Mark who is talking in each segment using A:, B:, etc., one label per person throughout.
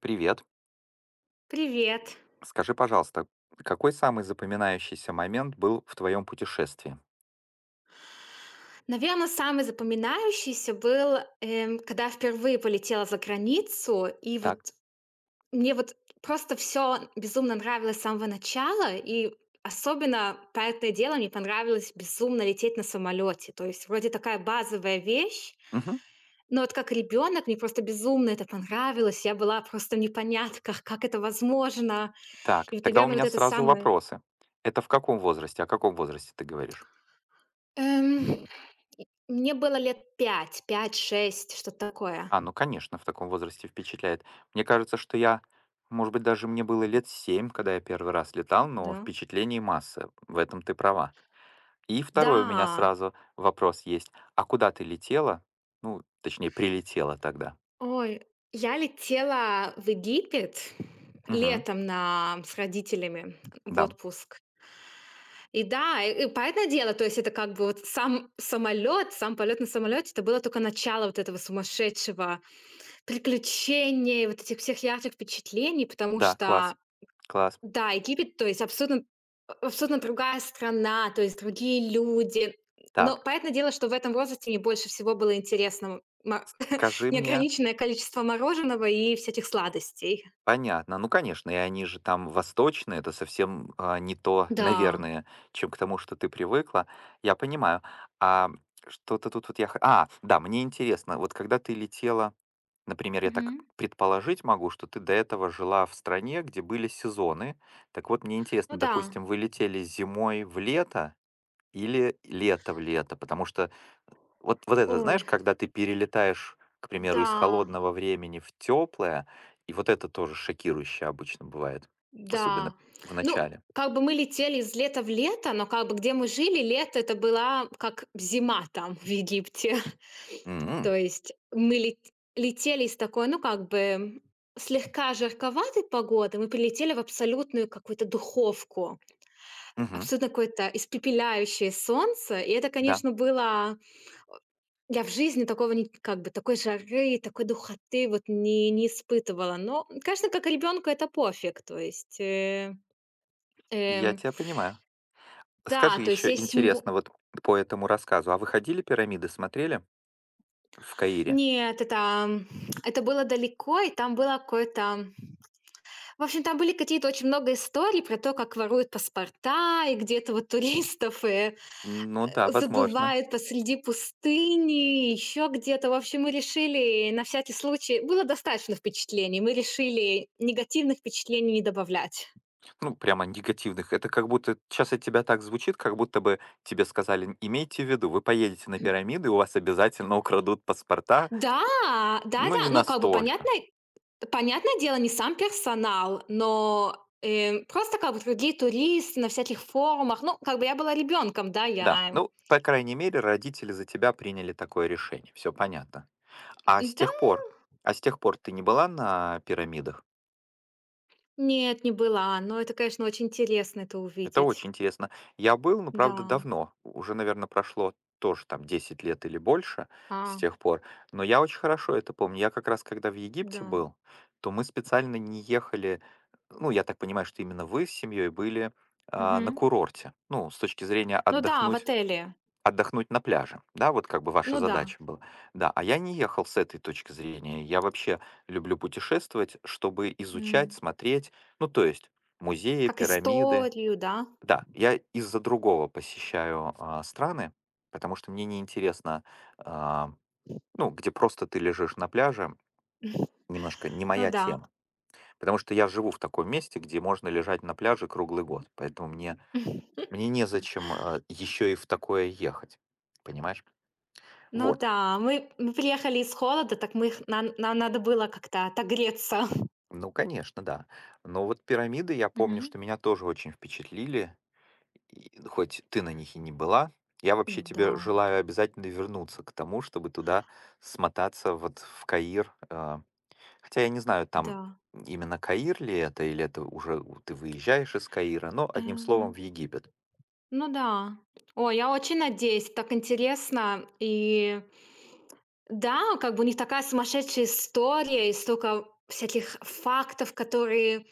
A: Привет.
B: Привет.
A: Скажи, пожалуйста, какой самый запоминающийся момент был в твоем путешествии?
B: Наверное, самый запоминающийся был, когда впервые полетела за границу, и вот
A: Так.
B: мне вот просто все безумно нравилось с самого начала, и особенно, понятное дело, мне понравилось безумно лететь на самолете. То есть вроде такая базовая вещь,
A: Мгм.
B: но вот как ребенок мне просто безумно это понравилось. Я была просто в непонятках, как это возможно.
A: Так,
B: И вот,
A: тогда у
B: наверное, вот
A: меня
B: это
A: сразу
B: самое.
A: вопросы. Это в каком возрасте? О каком возрасте ты говоришь?
B: Эм, Мне было лет пять, пять-шесть, что-то такое.
A: А, ну конечно, в таком возрасте впечатляет. Мне кажется, что я, может быть, даже мне было лет 7, когда я первый раз летал, но
B: Да.
A: впечатлений масса. В этом ты права. И второй у меня
B: Да!
A: сразу вопрос есть. А куда ты летела? Ну, точнее, прилетела тогда.
B: Ой, я летела в Египет
A: Мгм.
B: летом на с родителями в
A: Да,
B: отпуск. И да, и понятное дело, то есть это как бы вот сам самолет, сам полет на самолете — это было только начало вот этого сумасшедшего приключения и вот этих всех ярких впечатлений, потому
A: да, класс,
B: что
A: класс.
B: да, Египет, то есть абсолютно другая страна, то есть другие люди. Но
A: Так.
B: понятное дело, что в этом возрасте мне больше всего было интересно ма
A: Скажи мне.
B: неограниченное количество мороженого и всяких сладостей.
A: Понятно. Ну, конечно, и они же там восточные, это совсем, не то,
B: Да.
A: наверное, чем к тому, что ты привыкла. Я понимаю. А, что-то тут вот я х А, да, мне интересно, вот когда ты летела, например, я так
B: Мгм.
A: предположить могу, что ты до этого жила в стране, где были сезоны. Так вот, мне
B: Ну
A: интересно,
B: да.
A: допустим, вы летели зимой в лето или лето в лето? Потому что вот это, знаешь,
B: Ой,
A: когда ты перелетаешь, к примеру, из
B: да.
A: холодного времени в теплое, и вот это тоже шокирующе обычно бывает, особенно
B: Да.
A: в
B: Ну,
A: начале.
B: как бы мы летели из лета в лето, но как бы где мы жили, лето это была как зима там в Египте.
A: М,
B: То есть мы летели из такой, ну, как бы слегка жарковатой погоды, мы прилетели в абсолютную какую-то духовку,
A: мгм.
B: абсолютно какое-то испепеляющее солнце. И это,
A: Да,
B: конечно, было. Я в жизни такого, как бы, такой жары, такой духоты вот не испытывала. Но, конечно, как ребенку это пофиг. То есть
A: я
B: эм,
A: тебя понимаю.
B: да,
A: Скажи
B: то есть
A: еще,
B: есть
A: интересно,
B: му
A: вот по этому рассказу, а вы ходили пирамиды, смотрели в Каире?
B: Нет, это м, это было далеко, и там было какое-то. В общем, там были какие-то очень много историй про то, как воруют паспорта, и где-то вот туристов,
A: Ну да, возможно.
B: забывают посреди пустыни, еще где-то. В общем, мы решили на всякий случай было достаточно впечатлений, мы решили негативных впечатлений не добавлять.
A: Ну, прямо негативных. Это как будто сейчас от тебя так звучит, как будто бы тебе сказали: Имейте в виду, вы поедете на пирамиды, у вас обязательно украдут паспорта».
B: Да,
A: Ну, не
B: да-да, ну, как бы,
A: настолько.
B: понятное дело, не сам персонал, но, просто, как бы, другие туристы на всяких форумах. Ну, как бы, я была ребенком, да,
A: Да,
B: я.
A: ну, по крайней мере, родители за тебя приняли такое решение. Все понятно. А с
B: Да,
A: тех пор? А с тех пор ты не была на пирамидах?
B: нет, не была, но это, конечно, очень интересно это
A: Это
B: увидеть.
A: очень интересно. Я был, но, правда,
B: Да,
A: давно. Уже, наверное, прошло тоже там 10 лет или больше с
B: а,
A: тех пор. Но я очень хорошо это помню. Я как раз, когда в
B: да.
A: Египте был, то мы специально не ехали, ну, я так понимаю, что именно вы с семьей были на
B: Мгм.
A: курорте. Ну, с точки зрения
B: Ну да, в
A: отдохнуть.
B: отеле.
A: Отдохнуть на пляже. Да, вот как бы ваша
B: Ну да.
A: задача была. Да, а я не ехал с этой точки зрения. Я вообще люблю путешествовать, чтобы изучать,
B: М.
A: смотреть. Ну, то есть музеи,
B: Как
A: пирамиды.
B: историю, да.
A: Да, я из-за другого посещаю страны, потому что мне неинтересно, а, ну, где просто ты лежишь на пляже, немножко не
B: Ну
A: моя
B: да.
A: тема. Потому что я живу в таком месте, где можно лежать на пляже круглый год. Поэтому мне, мне незачем еще и в такое ехать. Понимаешь?
B: Ну
A: Вот.
B: да, мы приехали из холода, так мы их нам надо было как-то отогреться.
A: Ну, конечно, да. Но вот пирамиды, я помню,
B: Мгм.
A: что меня тоже очень впечатлили, и ну, хоть ты на них и не была. Я вообще тебе
B: Да,
A: желаю обязательно вернуться к тому, чтобы туда смотаться, вот в Каир. Хотя я не знаю, там
B: да.
A: именно Каир ли это, или это уже ты выезжаешь из Каира, но
B: Э,
A: одним словом в Египет.
B: ну да. О, я очень надеюсь, так интересно. И да, как бы у них такая сумасшедшая история и столько всяких фактов, которые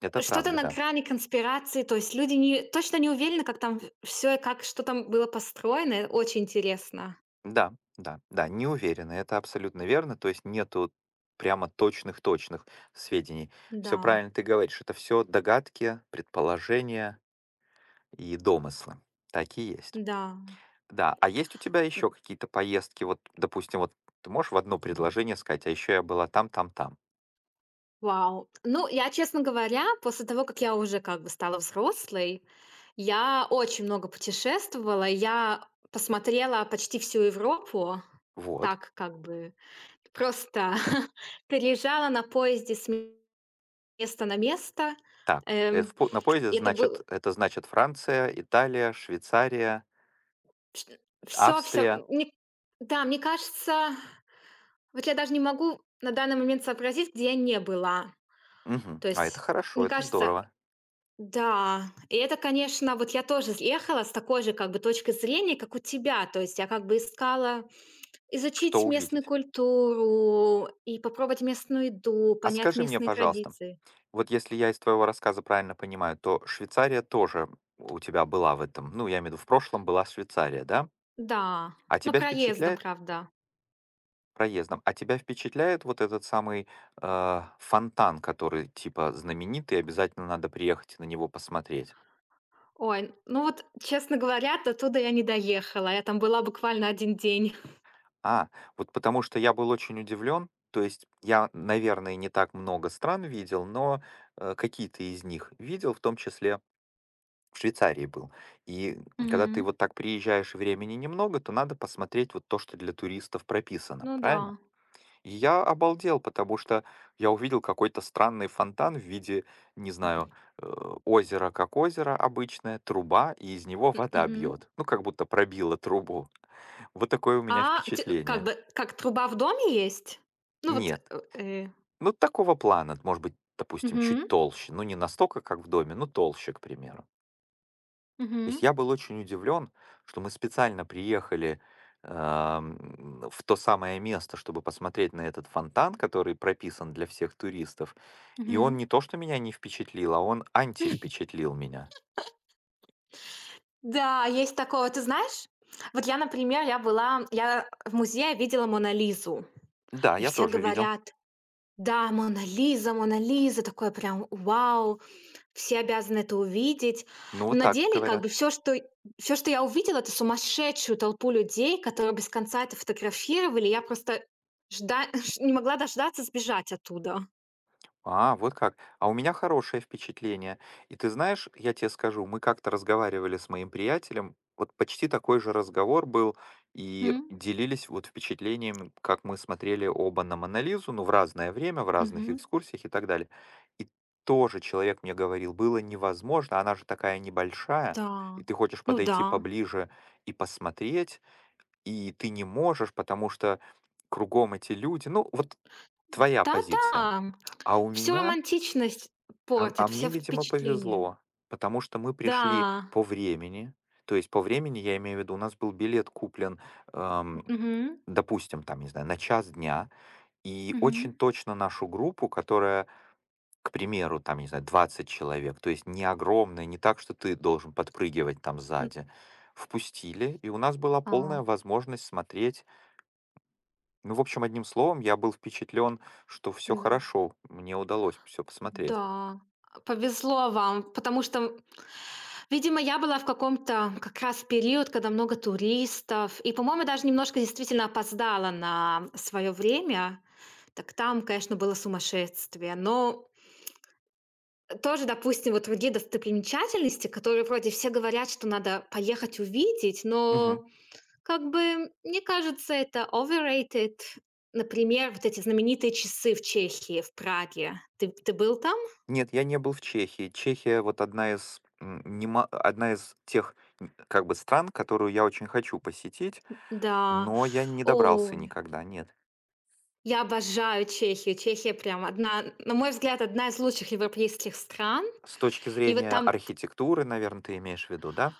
A: Это
B: что-то
A: правда,
B: на
A: да.
B: грани конспирации, то есть люди не точно не уверены, как там все и как, что там было построено. Очень интересно.
A: Да, да, да, не уверены. Это абсолютно верно. То есть нету прямо точных-точных сведений.
B: Да,
A: Все правильно ты говоришь. Это все догадки, предположения и домыслы. Такие есть.
B: да.
A: Да, а есть у тебя еще какие-то поездки? Вот, допустим, вот ты можешь в одно предложение сказать, а еще я была там, там, там.
B: Вау. Ну, я, честно говоря, после того, как я уже как бы стала взрослой, я очень много путешествовала. Я посмотрела почти всю Европу,
A: Вот.
B: так как бы просто переезжала на поезде с места на место.
A: Так,
B: Эм,
A: на поезде,
B: и это был
A: значит, это значит Франция, Италия, Швейцария,
B: все, все.
A: Австрия.
B: Мне, да, мне кажется, вот я даже не могу на данный момент сообразить, где я не была.
A: Мгм.
B: То
A: А это
B: есть,
A: хорошо,
B: мне
A: это
B: кажется,
A: здорово.
B: да, и это, конечно, вот я тоже ехала с такой же как бы точки зрения, как у тебя. То есть я как бы искала
A: Что
B: изучить местную
A: увидеть?
B: культуру и попробовать местную еду,
A: А
B: понять
A: скажи мне,
B: местные
A: пожалуйста,
B: традиции.
A: вот если я из твоего рассказа правильно понимаю, то Швейцария тоже у тебя была в этом, ну, я имею в виду, в прошлом была Швейцария, да?
B: Да,
A: А
B: но
A: тебя
B: проездом,
A: впечатляет
B: правда.
A: проездом, а тебя впечатляет вот этот самый фонтан, который типа знаменитый, обязательно надо приехать на него посмотреть.
B: Ой, ну вот, честно говоря, до туда я не доехала. Я там была буквально один день.
A: А, вот потому что я был очень удивлен, то есть я, наверное, не так много стран видел, но какие-то из них видел, в том числе в Швейцарии был. И когда ты
B: Мгм.
A: вот так приезжаешь, и времени немного, то надо посмотреть вот то, что для туристов прописано,
B: Ну
A: правильно?
B: да.
A: И я обалдел, потому что я увидел какой-то странный фонтан в виде, не знаю, э, озера как озеро обычное, труба, и из него
B: М,
A: вода
B: мгм.
A: бьет. Ну, как будто пробила трубу. Вот такое у меня
B: А те как
A: впечатление.
B: бы как труба в доме есть? Ну вот,
A: Нет. Ну, такого плана, может быть, допустим, чуть
B: мгм.
A: толще. Ну, не настолько, как в доме, но толще, к примеру. То есть
B: Мгм.
A: я был очень удивлен, что мы специально приехали в то самое место, чтобы посмотреть на этот фонтан, который прописан для всех туристов. И он
B: Мгм.
A: не то, что меня не впечатлил, а он антивпечатлил меня.
B: Да, есть такое. Ты знаешь, вот я, например, я в музее видела Мона Лизу,
A: Да,
B: и
A: я
B: все
A: тоже видел.
B: говорят, да, Мона Лиза, Мона Лиза, такое прям вау, все обязаны это увидеть.
A: Ну,
B: Но
A: вот
B: на
A: так
B: деле как
A: говорят.
B: бы все, что я увидела, это сумасшедшую толпу людей, которые без конца это фотографировали. Я просто жда- не могла дождаться сбежать оттуда.
A: А, вот как. А у меня хорошее впечатление. И ты знаешь, я тебе скажу, мы как-то разговаривали с моим приятелем, вот почти такой же разговор был, и
B: Мгм.
A: делились вот впечатлением, как мы смотрели оба на Монолизу, ну, в разное время, в разных
B: Мгм.
A: экскурсиях и так далее. И тоже человек мне говорил, было невозможно, она же такая небольшая,
B: Да,
A: и ты хочешь
B: ну да.
A: подойти поближе и посмотреть, и ты не можешь, потому что кругом эти люди. Ну, вот твоя позиция.
B: Та-да,
A: А у
B: всю
A: меня
B: романтичность
A: а
B: портит,
A: мне,
B: все
A: видимо,
B: впечатления.
A: повезло, потому что мы пришли
B: Да,
A: по времени. То есть по времени, я имею в виду, у нас был билет куплен, эм,
B: мгм,
A: допустим, там, не знаю, на 1 час дня, и очень
B: мгм.
A: точно нашу группу, которая, к примеру, там, не знаю, 20 человек, то есть не огромная, не так, что ты должен подпрыгивать там
B: М,
A: сзади, впустили, и у нас была
B: а,
A: полная возможность смотреть. Ну, в общем, одним словом, я был впечатлен, что все
B: да,
A: хорошо, мне удалось все посмотреть.
B: да, а, повезло вам, потому что, видимо, я была в каком-то как раз период, когда много туристов, и, по-моему, даже немножко действительно опоздала на свое время. Так там, конечно, было сумасшествие. Но тоже, допустим, вот другие достопримечательности, которые вроде все говорят, что надо поехать увидеть,
A: Мгм.
B: но как бы, мне кажется, это overrated. Например, вот эти знаменитые часы в Чехии, в Праге. Ты был там?
A: Нет, я не был в Чехии. Чехия вот одна из, м, нема одна из тех, как бы стран, которую я очень хочу посетить,
B: Да.
A: но я не
B: О,
A: добрался никогда, нет.
B: я обожаю Чехию. Чехия прям одна, на мой взгляд, одна из лучших европейских стран.
A: С точки
B: И вот
A: зрения
B: там,
A: архитектуры, наверное, ты имеешь в виду, да?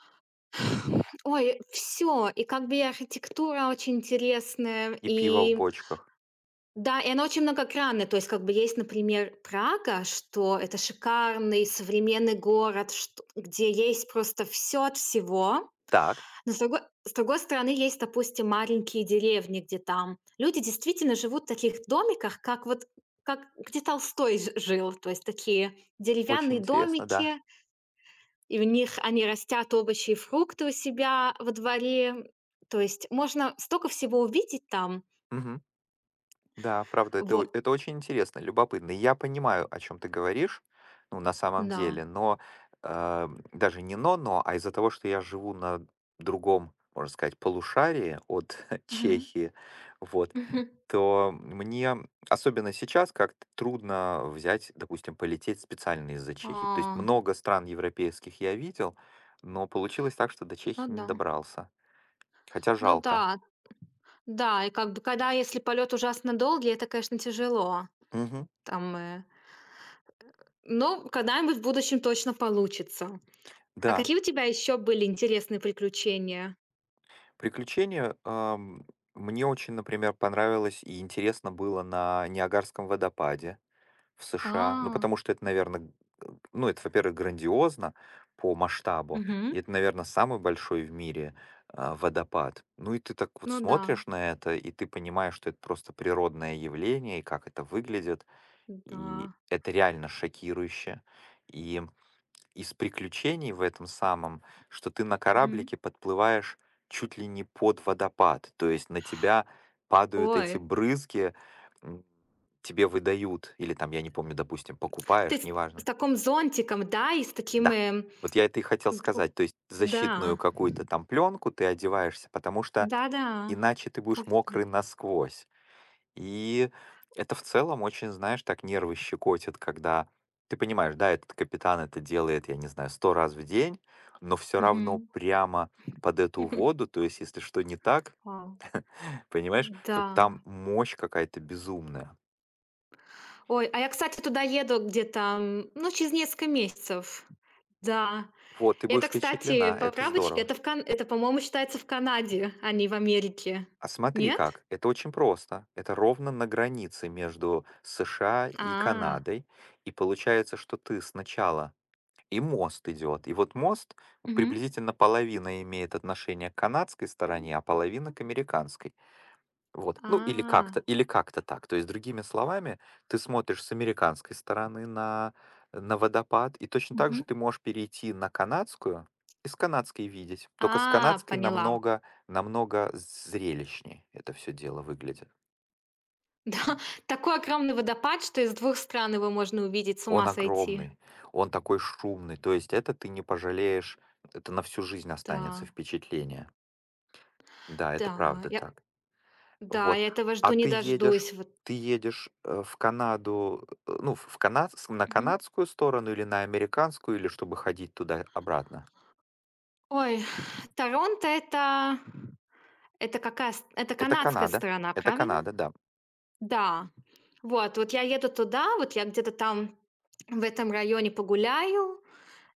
B: ой, все. И как бы и архитектура очень интересная.
A: И пиво в
B: И
A: бочках.
B: да, и она очень многогранная. То есть как бы есть, например, Прага, что это шикарный современный город, что- где есть просто все от всего.
A: Так,
B: Но с другой стороны, есть, допустим, маленькие деревни, где там люди действительно живут в таких домиках, как вот как где Толстой жил, то есть такие
A: очень
B: деревянные
A: интересно, да.
B: домики, и в них они растят овощи и фрукты у себя во дворе. То есть можно столько всего увидеть там.
A: Мгм. Да, правда, это,
B: Вот,
A: это очень интересно, любопытно. И я понимаю, о чем ты говоришь, ну, на самом
B: да.
A: деле, но даже не но-но, а из-за того, что я живу на другом, можно сказать, полушарии от
B: Мгм.
A: Чехии, вот,
B: Мгм.
A: то мне, особенно сейчас, как трудно взять, допустим, полететь специально из-за Чехии. То есть
B: А,
A: много стран европейских я видел, но получилось так, что до
B: ну
A: Чехии не
B: да.
A: добрался. Хотя
B: Ну
A: жалко.
B: да, да, и как бы когда, если полет ужасно долгий, это, конечно, тяжело.
A: Мгм.
B: Там э, Ну, когда-нибудь в будущем точно получится. А
A: Да,
B: какие у тебя еще были интересные приключения?
A: приключения, мне очень, например, понравилось и интересно было на Ниагарском водопаде в США. Ну,
B: А,
A: потому что это, наверное, ну, это, во-первых, грандиозно по масштабу, и
B: мгм.
A: это, наверное, самый большой в мире водопад. Ну, и ты так вот
B: Ну да,
A: смотришь на это, и ты понимаешь, что это просто природное явление, и как это выглядит, и
B: да.
A: это реально шокирующе. И из приключений в этом самом, что ты на
B: Мгм.
A: кораблике подплываешь чуть ли не под водопад, то есть на тебя падают
B: Ой,
A: эти брызги, м, тебе выдают, или там, я не помню, допустим,
B: ты
A: покупаешь,
B: с
A: неважно.
B: таким зонтиком, да, и с таким
A: Да, вот я это и хотел
B: д-
A: сказать, то есть защитную
B: да,
A: какую-то там пленку ты одеваешься, потому что
B: да-да.
A: иначе ты будешь
B: Ух ты.
A: мокрый насквозь. И это в целом очень, знаешь, так нервы щекотит, когда ты понимаешь, да, этот капитан это делает, я не знаю, 100 раз в день, но все равно
B: Мгм.
A: прямо под эту воду, то есть если что не так,
B: Вау.
A: понимаешь, то там
B: Да.
A: мощь какая-то безумная.
B: Ой, а я, кстати, туда еду где-то, ну, через несколько месяцев. Да,
A: Вот, ты будешь
B: это, кстати,
A: впечатлена, это
B: поправочка,
A: здорово.
B: это в Кан это, по-моему, считается в Канаде, а не в Америке.
A: А смотри
B: Нет?
A: как, это очень просто. Это ровно на границе между США и
B: А,
A: Канадой. И получается, что ты сначала и мост идет. И вот мост
B: мгм,
A: приблизительно половина имеет отношение к канадской стороне, а половина к американской. Вот. Ну,
B: а,
A: или как-то так. То есть, другими словами, ты смотришь с американской стороны на водопад, и точно так
B: мгм.
A: же ты можешь перейти на канадскую и с канадской видеть. Только с
B: А,
A: канадской
B: поняла.
A: намного, намного зрелищнее это все дело выглядит.
B: Да, такой огромный водопад, что из двух стран его можно увидеть, с
A: Он
B: ума сойти.
A: огромный, он такой шумный. То есть, это ты не пожалеешь, это на всю жизнь останется
B: Да,
A: впечатление. Да, это
B: да,
A: правда
B: я
A: так.
B: да,
A: Вот.
B: я этого
A: А
B: жду не
A: ты едешь
B: дождусь, вот.
A: Ты едешь, в Канаду, ну, в Канад с на
B: Мгм.
A: канадскую сторону или на американскую, или чтобы ходить туда-обратно?
B: Ой, Торонто — это какая ст это
A: Это
B: канадская
A: Канада.
B: сторона,
A: Это
B: правильно?
A: Канада, да.
B: Да, вот вот я еду туда, вот я где-то там в этом районе погуляю,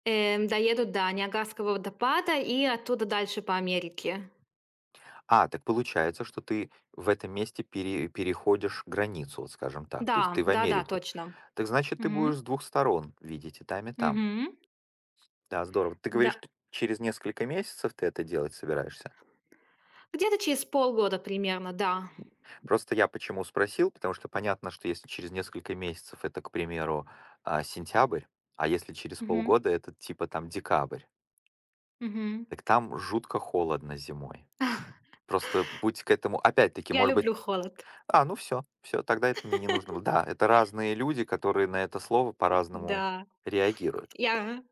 B: доеду до Ниагарского водопада и оттуда дальше по Америке.
A: А, так получается, что ты в этом месте переходишь границу, вот скажем так. То есть ты
B: Да,
A: в
B: да-да,
A: Америку.
B: точно.
A: Так значит, ты
B: Мгм.
A: будешь с двух сторон видеть и там, и там.
B: Мгм.
A: Да, здорово. Ты говоришь,
B: Да.
A: что через несколько месяцев ты это делать собираешься?
B: Где-то через полгода примерно, да.
A: Просто я почему спросил, потому что понятно, что если через несколько месяцев это, к примеру, сентябрь, а если через
B: Мгм.
A: полгода это типа там декабрь,
B: Мгм.
A: так там жутко холодно зимой. Просто будь к этому, опять-таки,
B: Я
A: может быть,
B: люблю холод.
A: ну все, все, тогда это мне не нужно было. Да, это разные люди, которые на это слово по-разному
B: Да,
A: реагируют.
B: я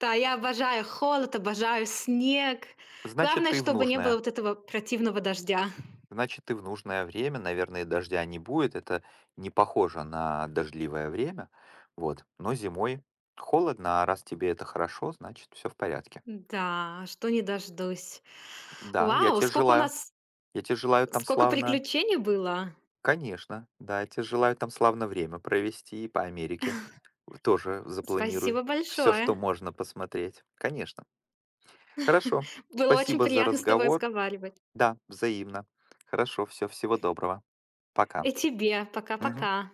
B: да, я обожаю холод, обожаю снег.
A: Значит,
B: Главное,
A: ты в
B: чтобы не было
A: нужное.
B: вот этого противного дождя.
A: Значит, ты в нужное время, наверное, дождя не будет. Это не похоже на дождливое время. Вот. Но зимой холодно, а раз тебе это хорошо, значит, все в порядке.
B: Да, а что не дождусь.
A: Да, я
B: Вау,
A: тебе
B: сколько у
A: желаю.
B: нас
A: Я тебе желаю там
B: сколько
A: славно.
B: приключений было.
A: Конечно, да, я тебе желаю там славно время провести и по Америке. Тоже запланируй
B: Спасибо большое.
A: все, что можно посмотреть. Конечно. Хорошо.
B: Было очень
A: Спасибо за
B: приятно с тобой
A: разговор.
B: разговаривать.
A: Да, взаимно. Хорошо, все, всего доброго. Пока.
B: И тебе.
A: Мгм.
B: Пока-пока.